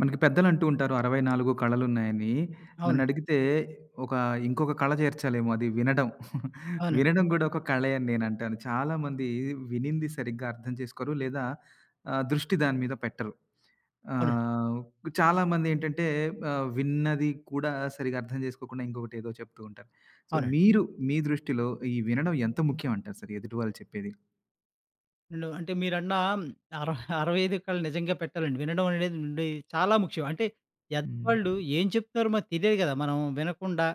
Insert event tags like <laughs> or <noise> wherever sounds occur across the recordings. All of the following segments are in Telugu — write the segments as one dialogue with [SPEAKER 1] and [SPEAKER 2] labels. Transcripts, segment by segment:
[SPEAKER 1] మనకి పెద్దలంటూ ఉంటారు 64 కళలున్నాయని.
[SPEAKER 2] అవునండి.
[SPEAKER 1] నన్నడిగితే ఒక ఇంకొక కళ చేర్చాలేమో అది వినడం. <laughs>
[SPEAKER 2] అవునండి.
[SPEAKER 1] వినడం గూడా ఒక కళే అని నేనంటాను. చాలామంది వినింది సరిగ్గా అర్థం చేసుకోరు. లేదా దృష్టి దాని మీద పెట్టరు.
[SPEAKER 2] అవునండి.
[SPEAKER 1] ఆహ్, చాలామందేంటంటే విన్నది కూడా సరిగ్గా అర్థం జేసుకోకుండా ఇంకొకటేదో చెప్తూ ఉంటారు. సో,
[SPEAKER 2] అవునండి.
[SPEAKER 1] మీరు మీ దృష్టిలో ఈ వినడం ఎంత ముఖ్యం అంటారు సార్ ఎదుటి వాళ్ళు చెప్పేది?
[SPEAKER 2] నేను అంటే మీరన్న అర 65 కళ్ళు నిజంగా పెట్టాలండి. వినడం అనేది నుండి చాలా ముఖ్యం. అంటే
[SPEAKER 1] హ్మ్.
[SPEAKER 2] ఎదటివాళ్ళు ఏం చెప్తున్నారో మనకు తెలియదు కదా! మనం వినకుండా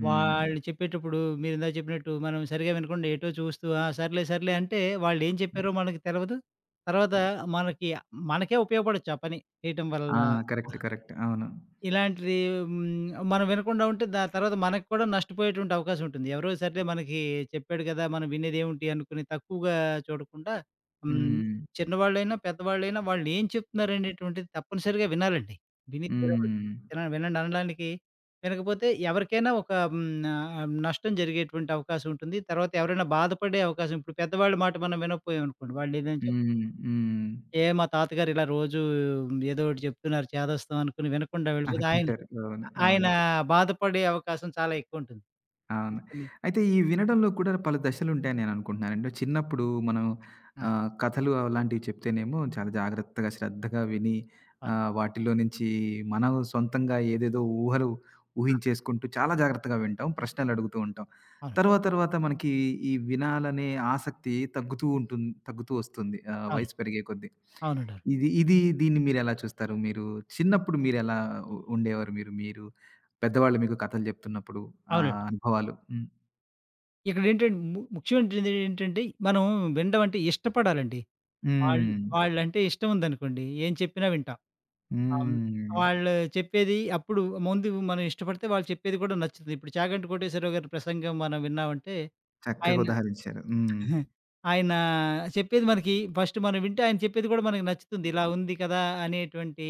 [SPEAKER 1] హ్మ్.
[SPEAKER 2] వాళ్ళు చెప్పేటప్పుడు మీరిందాక చెప్పినట్టు మనం సరిగ్గా వినకుండా ఎటో చూస్తూ ఆ! సర్లే, సర్లే అంటే వాళ్ళేం చెప్పారో మనకు తెలవదు. తర్వాత మనకి మనకే ఉపయోగపడొచ్చు ఆ పని చేయటం వల్ల
[SPEAKER 1] ఆ! కరెక్ట్. కరెక్ట్. అవును.
[SPEAKER 2] ఇలాంటిది హ్మ్. మనం వినకుండా ఉంటే దాని తర్వాత మనకు కూడా నష్టపోయేటువంటి అవకాశం ఉంటుంది. ఎవరో సర్లే మనకి చెప్పాడు కదా! మనం వినేదేమిటి అనుకుని తక్కువగా చూడకుండా హ్మ్.
[SPEAKER 1] హ్మ్.
[SPEAKER 2] చిన్నవాళ్ళైనా, పెద్దవాళ్ళైనా వాళ్ళు ఏం చెప్తున్నారనేటువంటిది తప్పనిసరిగా వినాలండి. విని తీరవలసింది.
[SPEAKER 1] హ్మ్.
[SPEAKER 2] వినండి అనడానికి వినకపోతే ఎవరికైనా ఒక హ్మ్. నష్టం జరిగేటువంటి అవకాశం ఉంటుంది. తర్వాత ఎవరైనా బాధపడే అవకాశం ఇప్పుడు పెద్దవాళ్ళ మాట మనం వినకపోయామనుకోండి. వాళ్ళు ఏదైనా
[SPEAKER 1] హ్మ్. హ్మ్.
[SPEAKER 2] "ఏ మా తాతగారు ఇలా రోజు ఏదో ఒకటి చెప్తున్నారు చేదస్తం" అనుకుని వినకుండా వెళ్ళిపోతే ఆయన
[SPEAKER 1] అనుకుంటారు. అవును.
[SPEAKER 2] ఆయన
[SPEAKER 1] అవును.
[SPEAKER 2] బాధపడే అవకాశం చాలా ఎక్కువుంటుంది.
[SPEAKER 1] అవును.
[SPEAKER 2] అందుకని
[SPEAKER 1] అయితే ఈ వినడంలో కూడా పలు దశలుంటాయని నేననుకుంటున్నానండి. చిన్నప్పుడు మనం
[SPEAKER 2] ఆ!
[SPEAKER 1] కథలు అలాంటివి చెప్తేనేమో చాలా జాగ్రత్తగా, శ్రద్ధగా విని
[SPEAKER 2] అవును.
[SPEAKER 1] వాటిలో నుంచి మనం సొంతంగా ఏదేదో ఊహలు ఊహించేసుకుంటూ చాలా జాగ్రత్తగా వింటాం. ప్రశ్నలడుగుతూ ఉంటాం.
[SPEAKER 2] అవును.
[SPEAKER 1] తర్వాత తర్వాత మనకి ఈ వినాలనే ఆసక్తి తగ్గుతూ వస్తుంది
[SPEAKER 2] అవును.
[SPEAKER 1] వయసు పెరిగే కొద్దీ.
[SPEAKER 2] అవునండి. అవును.
[SPEAKER 1] ఇది ఇది దీన్ని మీరెలా చూస్తారు? మీరు చిన్నప్పుడు మీరెలా ఉండేవారు మీరు? మీరు పెద్దవాళ్ళు మీకు కథలు జెప్తున్నప్పుడు ఆ
[SPEAKER 2] అవునండి.
[SPEAKER 1] అనుభవాలు. హ్మ్.
[SPEAKER 2] ఇక్కడేంటంటే ముఖ్యమైనది ఏంటంటే మనం వినడం అంటే ఇష్టపడాలండి. వాళ్ళు
[SPEAKER 1] హ్మ్.
[SPEAKER 2] వాళ్ళంటే ఇష్టం ఉందనుకోండి ఏం చెప్పినా వింటాం. ఆహ్,
[SPEAKER 1] హ్మ్.
[SPEAKER 2] వాళ్ళు చెప్పేది అప్పుడు ముందు మనం ఇష్టపడితే వాళ్ళు చెప్పేది కూడా నచ్చుతుంది. ఇప్పుడు 'చాగంటి కోటేశ్వరరావు' గారి ప్రసంగం మనం విన్నామంటే
[SPEAKER 1] చక్కగా
[SPEAKER 2] ఆయన
[SPEAKER 1] ఉదహరించారు. హ్మ్.
[SPEAKER 2] ఆయన చెప్పేది మనకి ఫస్ట్ మనం వింటే ఆయన చెప్పేది కూడా మనకి నచ్చుతుంది. ఇలా ఉంది కదా! అనేటువంటి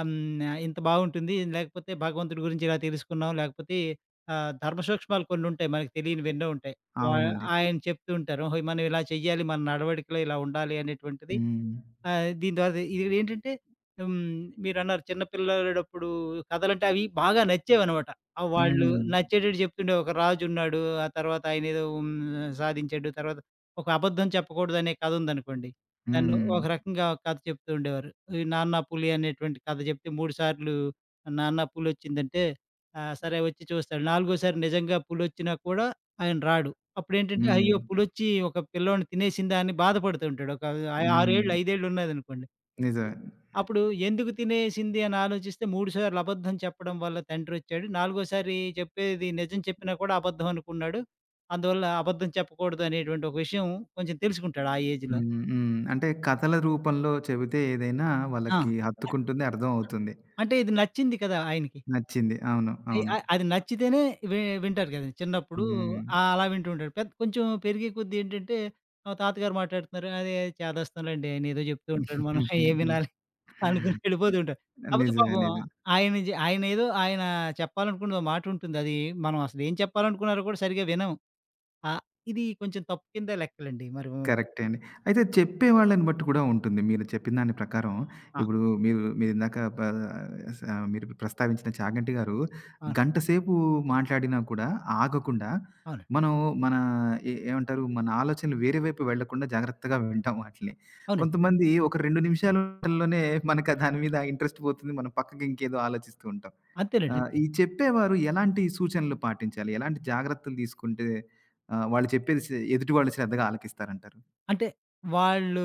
[SPEAKER 2] ఆహ్, హ్మ్. ఇంత బావుంటుంది. లేకపోతే భగవంతుడి గురించి ఇలా తెలుసుకున్నాం. లేకపోతే ధర్మ సూక్ష్మాలు కొన్నుంటాయి. మనకు తెలియనివి ఎన్నో ఉంటాయి. వా
[SPEAKER 1] అవునండి.
[SPEAKER 2] ఆయన చెప్తూ ఉంటారు. ఓహో! మనం ఇలా చెయ్యాలి. మన నడవడికలో ఇలా ఉండాలి అనేటువంటిది
[SPEAKER 1] హ్మ్.
[SPEAKER 2] ఆ! దీని ద్వారా ఇదేంటంటే హ్మ్. మీరన్నారు చిన్న పిల్లాడప్పుడు కథలంటే అవి బాగా నచ్చేవనమాట. వాళ్ళు
[SPEAKER 1] హ్మ్.
[SPEAKER 2] హ్మ్. నచ్చేటట్టు చెప్తుండే ఒక రాజున్నాడు. ఆ తర్వాత ఆయనేదో హ్మ్. సాధించాడు. తర్వాత ఒక అబద్ధం చెప్పకూడదనే కథుందనుకోండి. దాన్ని హ్మ్.
[SPEAKER 1] హ్మ్.
[SPEAKER 2] ఒక రకంగా ఒక కథ చెప్తూ ఉండేవారు. ఈ 'నాన్న పులి' అనేటువంటి కథ చెప్తే 3 సార్లు 'నాన్న పులొచ్చిందంటే' ఆ! సరే వచ్చి చూస్తాడు. నాలుగోసారి నిజంగా పులొచ్చినా కూడా ఆయన రాడు. అప్పుడేంటంటే,
[SPEAKER 1] హ్మ్.
[SPEAKER 2] అయ్యో! పులొచ్చి ఒక పిల్లోడిని తినేసిందా అని బాధపడుతూ ఉంటాడు. ఒక 6
[SPEAKER 1] హ్మ్.
[SPEAKER 2] ఏళ్ళు, 5 ఏళ్ళు ఉన్నాదనుకోండి.
[SPEAKER 1] నిజమే.
[SPEAKER 2] అప్పుడు ఎందుకు తినేసింది అని ఆలోచిస్తే 3 సార్లు అబద్ధం చెప్పడం వల్ల తండ్రొచ్చాడు. నాలుగోసారి చెప్పేది నిజం చెప్పినా కూడా అబద్ధం అనుకున్నాడు. అందువల్ల అబద్ధం చెప్పకూడదు అనేటువంటి ఒక విషయం కొంచెం తెలుసుకుంటాడు ఆ ఏజ్‌లో.
[SPEAKER 1] హ్మ్. హ్మ్. అంటే కథల రూపంలో చెబితే ఏదైనా
[SPEAKER 2] ఆ!
[SPEAKER 1] వాళ్ళకి హత్తుకుంటుంది, అర్థం అవుతుంది.
[SPEAKER 2] అంటే ఇది నచ్చింది కదా! ఆయనకి.
[SPEAKER 1] నచ్చింది. అవును.
[SPEAKER 2] అయి
[SPEAKER 1] అవును.
[SPEAKER 2] అ అది నచ్చితేనే వింటారు కదండీ. చిన్నప్పుడు
[SPEAKER 1] హ్మ్.
[SPEAKER 2] అలా వింటూ ఉంటాడు. పెద్ద కొంచెం పెరిగే కొద్దీ ఏంటంటే మా తాతగారు మాట్లాడుతున్నారు. అదే చేదస్తానులేండి. ఆయన ఏదో చెప్తూ ఉంటాడు. మనం <laughs> ఏం
[SPEAKER 1] <laughs>
[SPEAKER 2] వినాలి అనుకుని వెళ్ళిపోతూ ఉంటారు. కాకపోతే
[SPEAKER 1] నిజమే.
[SPEAKER 2] పాపం
[SPEAKER 1] నిజమే.
[SPEAKER 2] ఆయన జె ఆయన ఏదో ఆయన చెప్పాలనుకున్న ఓ మాట ఉంటుంది. అది మనం అసలు ఏం చెప్పాలనుకున్నారో కూడా సరిగ్గా వినము. ఆహ్, ఇది కొంచెం తప్పు కింద లెక్కలండి. మరి
[SPEAKER 1] కరెక్టే అండి. అయితే చెప్పేవాళ్ళని బట్టి కూడా ఉంటుంది. మీరు చెప్పిన దాని ప్రకారం
[SPEAKER 2] ఆ!
[SPEAKER 1] ఇప్పుడు మీరు మీరిందాక ప స మీరు ప్రస్తావించిన 'చాగంటి' గారు
[SPEAKER 2] ఆ, అవును.
[SPEAKER 1] గంట సేపు మాట్లాడినా కూడా ఆగకుండా
[SPEAKER 2] అవునండి.
[SPEAKER 1] మనం మన ఏమంటారు? మన ఆలోచనలు వేరే వైపు వెళ్ళకుండా జాగ్రత్తగా వింటాం వాటిలిని.
[SPEAKER 2] అవునండి.
[SPEAKER 1] కొంతమంది ఒక 2 నిమిషాలలోనే మనకు దాని మీద ఇంట్రెస్ట్ పోతుంది. మనం పక్కకి ఇంకేదో ఆలోచిస్తూ ఉంటాం.
[SPEAKER 2] అంతేనండి. అంతే.
[SPEAKER 1] ఈ చెప్పేవారు ఎలాంటి సూచనలు పాటించాలి? ఎలాంటి జాగ్రత్తలు తీసుకుంటే వాళ్ళు చెప్పేది ఎదుటి వాళ్ళు శ్రద్ధగా ఆలకిస్తారంటారు?
[SPEAKER 2] అంటే వాళ్ళు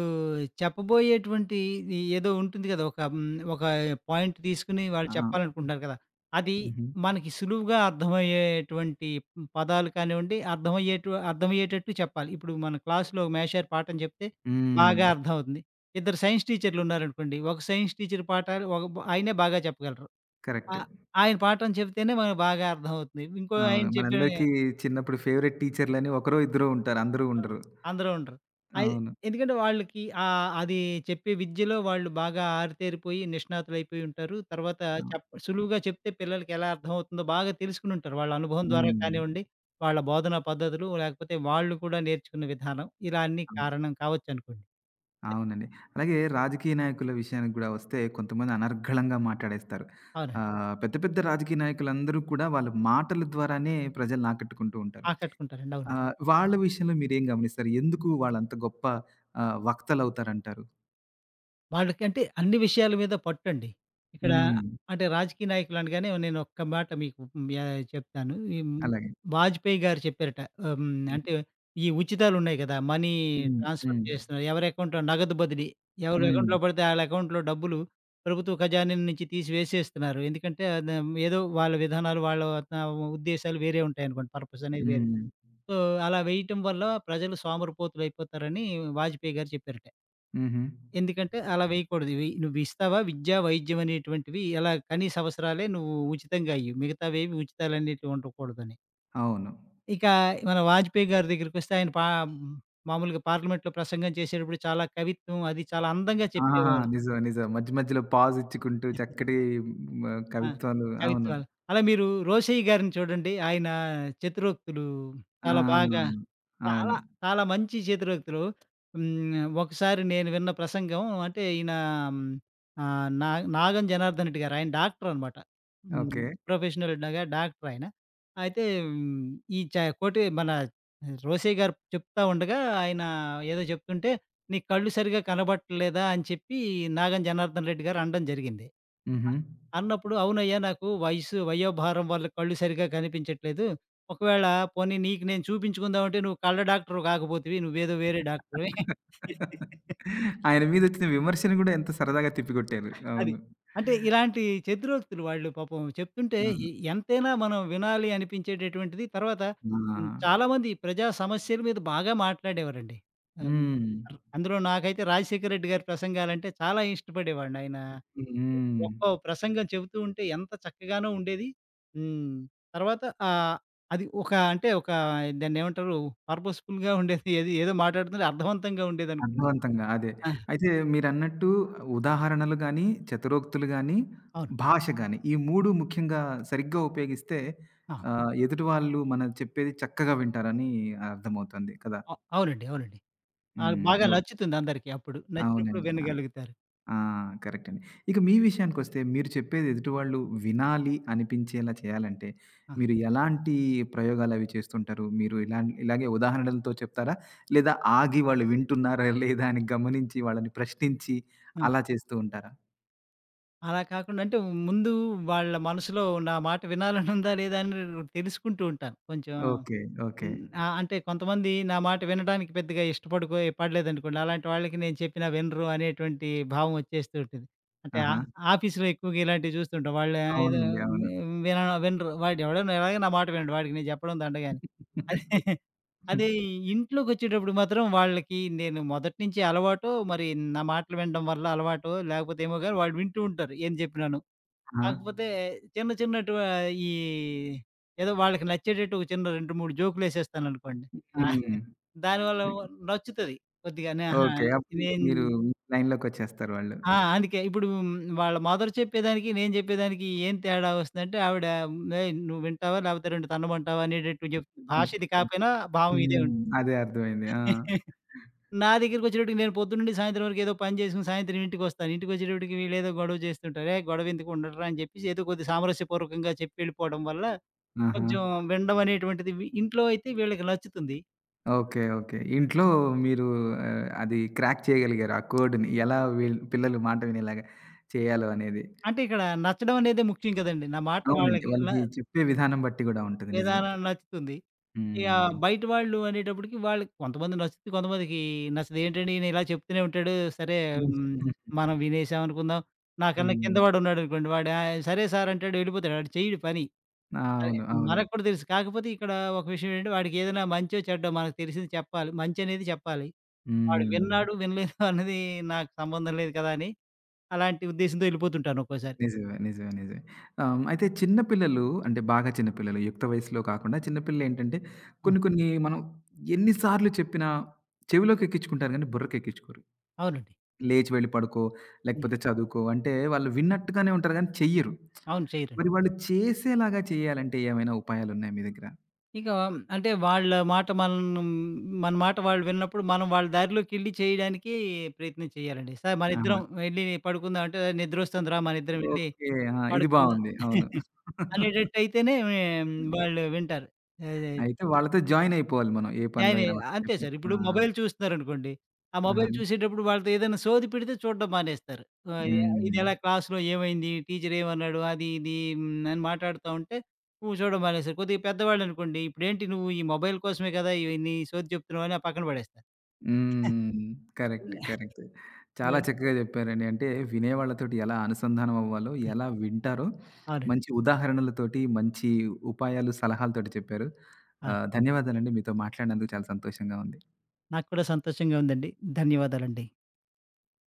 [SPEAKER 2] చెప్పబోయేటువంటి ఇది ఏదో ఉంటుంది కదా! ఒక పాయింట్ తీసుకొని వాళ్ళు
[SPEAKER 1] ఆ!
[SPEAKER 2] చెప్పాలనుకుంటున్నారు కదా! అది
[SPEAKER 1] హుహు.
[SPEAKER 2] మనకి సులువుగా అర్థమయ్యేటువంటి పదాలు కానివ్వండి, అర్థమయ్యేటట్టు చెప్పాలి. ఇప్పుడు మన క్లాస్‌లో మేషర్ పాఠం చెప్తే
[SPEAKER 1] హ్మ్.
[SPEAKER 2] బాగా అర్థమవుతుంది. ఇద్దరు సైన్స్ టీచర్‌లు ఉన్నారనుకోండి. ఒక సైన్స్ టీచర్ పాఠాలు ఒక ఆయనే బాగా చెప్పగలరు.
[SPEAKER 1] కరెక్ట్.
[SPEAKER 2] ఆహ్, ఆయన పాఠం చెప్తేనే మనకు బాగా అర్థమవుతుంది. ఇంకో
[SPEAKER 1] అవును.
[SPEAKER 2] ఆయన చెప్పే
[SPEAKER 1] మనందరికీ చిన్నప్పుడు ఫేవరెట్ టీచర్‌లని ఒకరో, ఇద్దరో ఉంటారు. అందరూ
[SPEAKER 2] ఆ!
[SPEAKER 1] ఉండరు.
[SPEAKER 2] అందరూ ఉండరు. అయి
[SPEAKER 1] అవును.
[SPEAKER 2] ఎందుకంటే వాళ్ళకి అది చెప్పే విద్యలో వాళ్ళు బాగా ఆరితేరిపోయి నిష్ణాతులైపోయి ఉంటారు. తర్వాత
[SPEAKER 1] అవును.
[SPEAKER 2] సులువుగా చెప్తే పిల్లలకి ఎలా అర్థమవుతుందో బాగా తెలుసుకుని ఉంటారు. వాళ్ళ అనుభవం ద్వారా
[SPEAKER 1] హ్మ్.
[SPEAKER 2] కానివ్వండి, వాళ్ళ బోధనా పద్ధతులు లేకపోతే వాళ్ళు కూడా నేర్చుకున్న విధానం ఇలా అన్నీ
[SPEAKER 1] అవును.
[SPEAKER 2] కారణం కావచ్చనుకోండి.
[SPEAKER 1] అవునండి. అలాగే రాజకీయ నాయకుల విషయానికి గూడా వస్తే కొంతమంది అనర్గళంగా మాట్లాడేస్తారు.
[SPEAKER 2] అవునండి.
[SPEAKER 1] పెద్ద పెద్ద రాజకీయ నాయకులందరూ కూడా వాళ్ళ మాటల ద్వారానే ప్రజల్ని ఆకట్టుకుంటూ ఉంటారు.
[SPEAKER 2] ఆకట్టుకుంటారండి. అవును.
[SPEAKER 1] వాళ్ళ విషయంలో మీరేం గమనిస్తారు? ఎందుకు వాళ్ళంత గొప్ప వక్తలవుతారంటారు?
[SPEAKER 2] వాళ్ళకంటే అన్ని విషయాల మీద పట్టండి. ఇక్కడ హ్మ్.
[SPEAKER 1] హ్మ్.
[SPEAKER 2] అంటే రాజకీయ నాయకులు అనగానే నేను ఒక్క మాట మీకు యా చెప్తాను.
[SPEAKER 1] అలాగే.
[SPEAKER 2] వాజ్పేయి గారు చెప్పారట.
[SPEAKER 1] హ్మ్.
[SPEAKER 2] అంటే ఈ ఉచితాలున్నాయి కదా! మనీ
[SPEAKER 1] హ్మ్.
[SPEAKER 2] ట్రాన్స్‌ఫర్
[SPEAKER 1] హ్మ్.
[SPEAKER 2] చేస్తున్నారు. ఎవరి అకౌంట్‌లో నగదు బదిలీ. ఎవరి
[SPEAKER 1] హ్మ్.
[SPEAKER 2] అకౌంట్‌లో పడితే ఆళ్ళ అకౌంట్‌లో డబ్బులు ప్రభుత్వ ఖజానా నుంచి తీసి వేసేస్తున్నారు. ఎందుకంటే అది ఏదో వాళ్ళ విధానాలు, వాళ్ళ ఆ, ఉద్దేశాలు వేరే ఉంటాయనుకోండి. పర్పస్ అనేది వేరు.
[SPEAKER 1] హ్మ్.
[SPEAKER 2] సో, అలా వేయటం వల్ల ప్రజలు సోమరిపోతులైపోతారని వాజ్పేయి గారు చెప్పారట.
[SPEAKER 1] హుహు.
[SPEAKER 2] ఎందుకంటే అలా వేయకూడదు. ఇవి నువ్వు ఇస్తావా విద్య, వైద్యం అనేటువంటివి ఎలా కనీస అవసరాలే నువ్వు ఉచితంగా ఇయ్యి. మిగతావేవి ఉచితాలనేటివి ఉండకూడదని.
[SPEAKER 1] అవును.
[SPEAKER 2] ఇక మన వాజ్పేయి గారి దగ్గరికొస్తే ఆయన మామూలుగా పార్లమెంట్‌లో ప్రసంగం చేసేటప్పుడు చాలా కవిత్వం అది చాలా అందంగా
[SPEAKER 1] ఆహాహా!
[SPEAKER 2] చెప్పేవారు.
[SPEAKER 1] నిజం. నిజం. మధ్య మధ్యలో పాజ్ ఇచ్చుకుంటూ చక్కటి మ
[SPEAKER 2] ఆ!
[SPEAKER 1] కవిత్వాలు. అవును.
[SPEAKER 2] కవిత్వాలు. అలా మీరు రోసయ్య గారిని చూడండి. ఆయన చతురోక్తులు చాలా బాగా
[SPEAKER 1] ఆ! అవును.
[SPEAKER 2] చాలా, చాలా మంచి చేతుర్వ్యక్తులు. హ్మ్. ఒకసారి నేను విన్న ప్రసంగం అంటే ఈయన హ్మ్, ఆహ్, నా నాగం జనార్దన్ రెడ్డి గారు. ఆయన డాక్టరనమాట. హ్మ్.
[SPEAKER 1] ఓకే.
[SPEAKER 2] ప్రొఫెషనల్ లాగా డాక్టరాయన. అయితే హ్మ్, ఈ చ కోటి మన రోసయ్య గారు చెప్తా ఉండగా ఆయన ఏదో చెప్తుంటే, "నీ కళ్ళు సరిగ్గా కనబడట్లేదా" అని చెప్పి నాగం జనార్దన్ రెడ్డి గారు అనడం జరిగింది.
[SPEAKER 1] హుహు.
[SPEAKER 2] అన్నప్పుడు, "అవునయ్యా! నాకు వయసు వయోభారం వల్ల కళ్ళు సరిగ్గా కనిపించట్లేదు. ఒకవేళ పోనీ నీకు నేను చూపించుకుందాం అంటే నువ్వు కళ్ళ డాక్టరు కాకపోతివి. నువ్వేదో వేరే <laughs> డాక్టరువి."
[SPEAKER 1] ఆయన మీదొచ్చిన విమర్శను గూడా ఎంత సరదాగా తిప్పికొట్టారు.
[SPEAKER 2] అది.
[SPEAKER 1] అవును.
[SPEAKER 2] అంటే ఇలాంటి చేతురోక్తులు వాళ్ళు పాపం చెప్తుంటే
[SPEAKER 1] ఆ!
[SPEAKER 2] ఎంతైనా మనం వినాలి అనిపించేటటువంటిది. తర్వాత
[SPEAKER 1] ఆ!
[SPEAKER 2] హ్మ్, చాలామంది ప్రజా సమస్యల మీద బాగా మాట్లాడేవారండి.
[SPEAKER 1] హ్మ్.
[SPEAKER 2] ఆహ్, అందులో నాకైతే రాజశేఖర రెడ్డి గారి ప్రసంగాలంటే చాలా ఇష్టపడేవాడిని. ఆయన
[SPEAKER 1] హ్మ్.
[SPEAKER 2] ఒక్కో ప్రసంగం చెబుతూ ఉంటే ఎంత చక్కగానో ఉండేది. హ్మ్. తర్వాత ఆహ్, అది ఒక అంటే ఒక దాన్నేమంటారు పర్పస్‌ఫుల్‌గా ఉండేది. ఏది ఏదో మాట్లాడుతుంటే అర్థవంతంగా ఉండేదనుకోండి.
[SPEAKER 1] అర్థవంతంగా. అదే.
[SPEAKER 2] ఆ!
[SPEAKER 1] అయితే మీరన్నట్టు ఉదాహరణలు గాని, చతురోక్తులు గాని,
[SPEAKER 2] అవును.
[SPEAKER 1] భాష గాని ఈ 3 ముఖ్యంగా సరిగ్గా ఉపయోగిస్తే
[SPEAKER 2] ఆ!
[SPEAKER 1] ఎదుటి వాళ్ళు మనం చెప్పేది చక్కగా వింటారని అర్థమవుతుంది కదా!
[SPEAKER 2] అవునండి. అవునండి.
[SPEAKER 1] హ్మ్.
[SPEAKER 2] బాగా
[SPEAKER 1] ఓహ్!
[SPEAKER 2] నచ్చుతుంది అందరికి అప్పుడు. నచ్చినప్పుడు
[SPEAKER 1] అవునండి.
[SPEAKER 2] వినగలుగుతారు.
[SPEAKER 1] ఆ! కరెక్ట్ అండి. ఇక మీ విషయానికొస్తే మీరు చెప్పేది ఎదుటివాళ్ళు వినాలి అనిపించేలా చేయాలంటే,
[SPEAKER 2] ఆ!
[SPEAKER 1] మీరు ఎలాంటి ప్రయోగాలవి చేస్తుంటారు? మీరు ఇలాగే ఉదాహరణలతో చెప్తారా? లేదా ఆగి వాళ్ళు వింటున్నారా లేదా అని గమనించి వాళ్ళని ప్రశ్నించి
[SPEAKER 2] ఆ!
[SPEAKER 1] అలా చేస్తూ ఉంటారా?
[SPEAKER 2] అలా కాకుండా అంటే ముందు వాళ్ళ మనసులో నా మాట వినాలనుందా లేదా అని తెలుసుకుంటూ ఉంటాను. కొంచెం
[SPEAKER 1] ఓకే. ఓకే.
[SPEAKER 2] హ్మ్. ఆ! అంటే కొంతమంది నా మాట వినడానికి పెద్దగా పడలేదనుకోండి. అలాంటి వాళ్ళకి నేను చెప్పినా వినరు అనేటువంటి భావం వచ్చేస్తూ ఉంటుంది. అంటే ఆ
[SPEAKER 1] ఆహా!
[SPEAKER 2] ఆఫీస్‌లో ఎక్కువగా ఇలాంటివి చూస్తుంటాం. వాళ్ళు ఏదో
[SPEAKER 1] అవునండి. అవును.
[SPEAKER 2] వి విన వినరు. వాడు ఎవడైనా ఎలాగో నా మాట వినడు. వాడికి నేను చెప్పడం దండగా అని. అదే అదే ఇంట్లోకొచ్చేటప్పుడు మాత్రం వాళ్ళకి నేను మొదటి నుంచి అలవాటో, మరి నా మాటలు వినడం వల్ల అలవాటో, లేకపోతే ఏమో గాని వాళ్ళు వింటూ ఉంటారు ఏం చెప్పినాను.
[SPEAKER 1] ఆ!
[SPEAKER 2] కాకపోతే చిన్న చిన్నటు ఈ ఏదో వాళ్ళకి నచ్చేటట్టు ఒక చిన్న 2, 3 జోకులేసేస్తాననుకోండి. ఆ!
[SPEAKER 1] హ్మ్.
[SPEAKER 2] దానివల్ల నచ్చుతది కొద్దిగానే. ఆహా!
[SPEAKER 1] ఓకే. అప్పుడు ఇంక
[SPEAKER 2] నేను
[SPEAKER 1] మీరు లైన్‌లోకొచ్చేస్తారు వాళ్ళు.
[SPEAKER 2] ఆ! అందుకే ఇప్పుడు వాళ్ళ మదర్ చెప్పేదానికి, నేను చెప్పేదానికి ఏం తేడా వస్తుందంటే ఆవిడ "ఏయ్! నువ్వు వింటావా? లేకపోతే 2 తన్నమంటావా?" అనేటట్టు చెప్తుంది.
[SPEAKER 1] హ్మ్.
[SPEAKER 2] భాష ఇది కాకపోయినా భావం ఇదే ఉంటుంది.
[SPEAKER 1] హ్మ్. అదే అర్థమైంది. ఆ!
[SPEAKER 2] <laughs> నా దగ్గరికొచ్చేటప్పటికి నేను పొద్దున్నుండి సాయంత్రం వరకు ఏదో పని చేసుకొని సాయంత్రం ఇంటికొస్తాను. ఇంటికొచ్చేటప్పటికి వీళ్ళేదో గొడవ చేస్తుంటారు. "ఏయ్! గొడవ ఎందుకు ఉండడురా" అని చెప్పేసి ఏదో కొద్ది సామరస్యపూర్వకంగా చెప్పి వెళ్ళిపోవడం వల్ల
[SPEAKER 1] ఆహా!
[SPEAKER 2] కొంచెం వినడం అనేటువంటిది ఇంట్లో అయితే వీళ్ళకి నచ్చుతుంది.
[SPEAKER 1] ఓకే. ఓకే. ఇంట్లో మీరు అది క్రాక్ చేయగలిగారు. ఆ కోడ్‌ని ఎలా వీళ్ళు పిల్లలు మాట వినేలాగా చేయాలో అనేది.
[SPEAKER 2] అంటే ఇక్కడ నచ్చడం అనేదే ముఖ్యం కదండీ. నా మాట
[SPEAKER 1] అవునండి.
[SPEAKER 2] వాళ్ళకి
[SPEAKER 1] వాళ్ళకి చెప్పే విధానం బట్టి గూడా ఉంటది. నిజమే.
[SPEAKER 2] విధానం నచ్చుతుంది. ఇక
[SPEAKER 1] హ్మ్.
[SPEAKER 2] బయట వాళ్ళు అనేటప్పటికి వాళ్ళకి కొంతమంది నచ్చుద్ది, కొంతమందికి నచ్చదు. ఏంటండి ఈయన ఇలా చెప్తూనే ఉంటాడు. సరే
[SPEAKER 1] హ్మ్.
[SPEAKER 2] హ్మ్,
[SPEAKER 1] హ్మ్.
[SPEAKER 2] మనం వినేసాం అనుకుందాం. నాకన్నా కింద
[SPEAKER 1] హ్మ్.
[SPEAKER 2] వాడున్నాడనుకోండి. వాడు ఆ! సరే సార్ అంటాడు వెళ్ళిపోతాడు. వాడు చెయ్యడు పని. సరే
[SPEAKER 1] అవును. అవును.
[SPEAKER 2] మనకు కూడా తెలుసు. కాకపోతే ఇక్కడ ఒక విషయం ఏంటంటే వాడికి ఏదైనా మంచో, చెడ్డో మనకు తెలిసింది చెప్పాలి. మంచి అనేది చెప్పాలి. వాడు
[SPEAKER 1] హ్మ్.
[SPEAKER 2] విన్నాడు, వినలేదు <laughs> అన్నది నాకు సంబంధం లేదు కదా! అని అలాంటి ఉద్దేశ్యంతో ఎళ్ళిపోతుంటాను ఒక్కోసారి.
[SPEAKER 1] నిజమే. నిజమే. నిజమే. అయితే చిన్న పిల్లలు అంటే బాగా చిన్న పిల్లలు యుక్త వయసులో కాకుండా చిన్న పిల్లలేంటంటే
[SPEAKER 2] హ్మ్.
[SPEAKER 1] కొన్ని కొన్ని మనం ఎన్ని సార్లు చెప్పినా చెవిలోకెక్కించుకుంటారు గానీ బుర్రకెక్కించుకోరు.
[SPEAKER 2] అవునండి.
[SPEAKER 1] లేచి వెళ్ళి పడుకో,
[SPEAKER 2] హ్మ్.
[SPEAKER 1] లేకపోతే చదువుకో అంటే వాళ్ళు విన్నట్టుగానే ఉంటారు గానీ చెయ్యరు.
[SPEAKER 2] అవును. చేయరండి.
[SPEAKER 1] మరి వాళ్ళు చేసేలాగా చేయాలంటే ఏమైనా ఉపాయాలున్నాయా మీ దగ్గర?
[SPEAKER 2] ఇక అంటే వాళ్ళ మాట మనం మన మాట వాళ్ళు విన్నప్పుడు మనం వాళ్ళ దారిలోకెళ్ళి చేయడానికి ప్రయత్నం చేయాలండి. సార్
[SPEAKER 1] ఆహా!
[SPEAKER 2] మనిద్దరం వెళ్లి పడుకుందాం అంటే నిద్రొస్తుందిరా మనిద్దరం వెళ్లి
[SPEAKER 1] ఓకే. ఆ! ఇది
[SPEAKER 2] పడుకుందాం
[SPEAKER 1] బావుంది. అవును.
[SPEAKER 2] <laughs> అనేటట్టయితేనే
[SPEAKER 1] హ్మ్.
[SPEAKER 2] వాళ్ళు వింటారు. అదే.
[SPEAKER 1] అయితే వాళ్ళతో జాయిన్ అయిపోవాలి మనం ఏ పనిలో
[SPEAKER 2] జాయినయి.
[SPEAKER 1] అయినా వాళ్ళకి
[SPEAKER 2] అంతే
[SPEAKER 1] చెప్పి.
[SPEAKER 2] సార్.
[SPEAKER 1] ఆ!
[SPEAKER 2] ఇప్పుడు మొబైల్ చూస్తున్నారనుకోండి. ఆ
[SPEAKER 1] ఆహా!
[SPEAKER 2] మొబైల్ చూసేటప్పుడు వాళ్ళతో ఏదైనా సోది పెడితే చూడడం మానేస్తారు.
[SPEAKER 1] హ్మ్.
[SPEAKER 2] ఇదెలా క్లాస్‌లో ఏమైంది? టీచర్ ఏమన్నాడు? అది, ఇది హ్మ్, అని మాట్లాడుతా ఉంటే నువ్వు చూడడం మానేస్తారు. కొద్దిగా పెద్దవాళ్ళనుకోండి, "ఇప్పుడేంటి నువ్వు ఈ మొబైల్ కోసమే కదా! ఇవి నీ సోది చెప్తున్నావు" అని ఆ పక్కన పడేస్తారు.
[SPEAKER 1] హ్మ్. కరెక్ట్. కరెక్ట్. చాలా
[SPEAKER 2] హ్మ్.
[SPEAKER 1] చక్కగా చెప్పారండి. అంటే వినేవాళ్ళతోటి ఎలా అనుసంధానం అవ్వాలో, ఎలా వింటారో
[SPEAKER 2] అవునండి.
[SPEAKER 1] మంచి ఉదాహరణలతోటి, మంచి ఉపాయాలు, సలహాలతోటి చెప్పారు.
[SPEAKER 2] అవును.
[SPEAKER 1] ధన్యవాదాలండి. మీతో మాట్లాడినందుకు చాలా సంతోషంగా ఉంది.
[SPEAKER 2] నాకు కూడా సంతోషంగా ఉందండి. ధన్యవాదాలండి.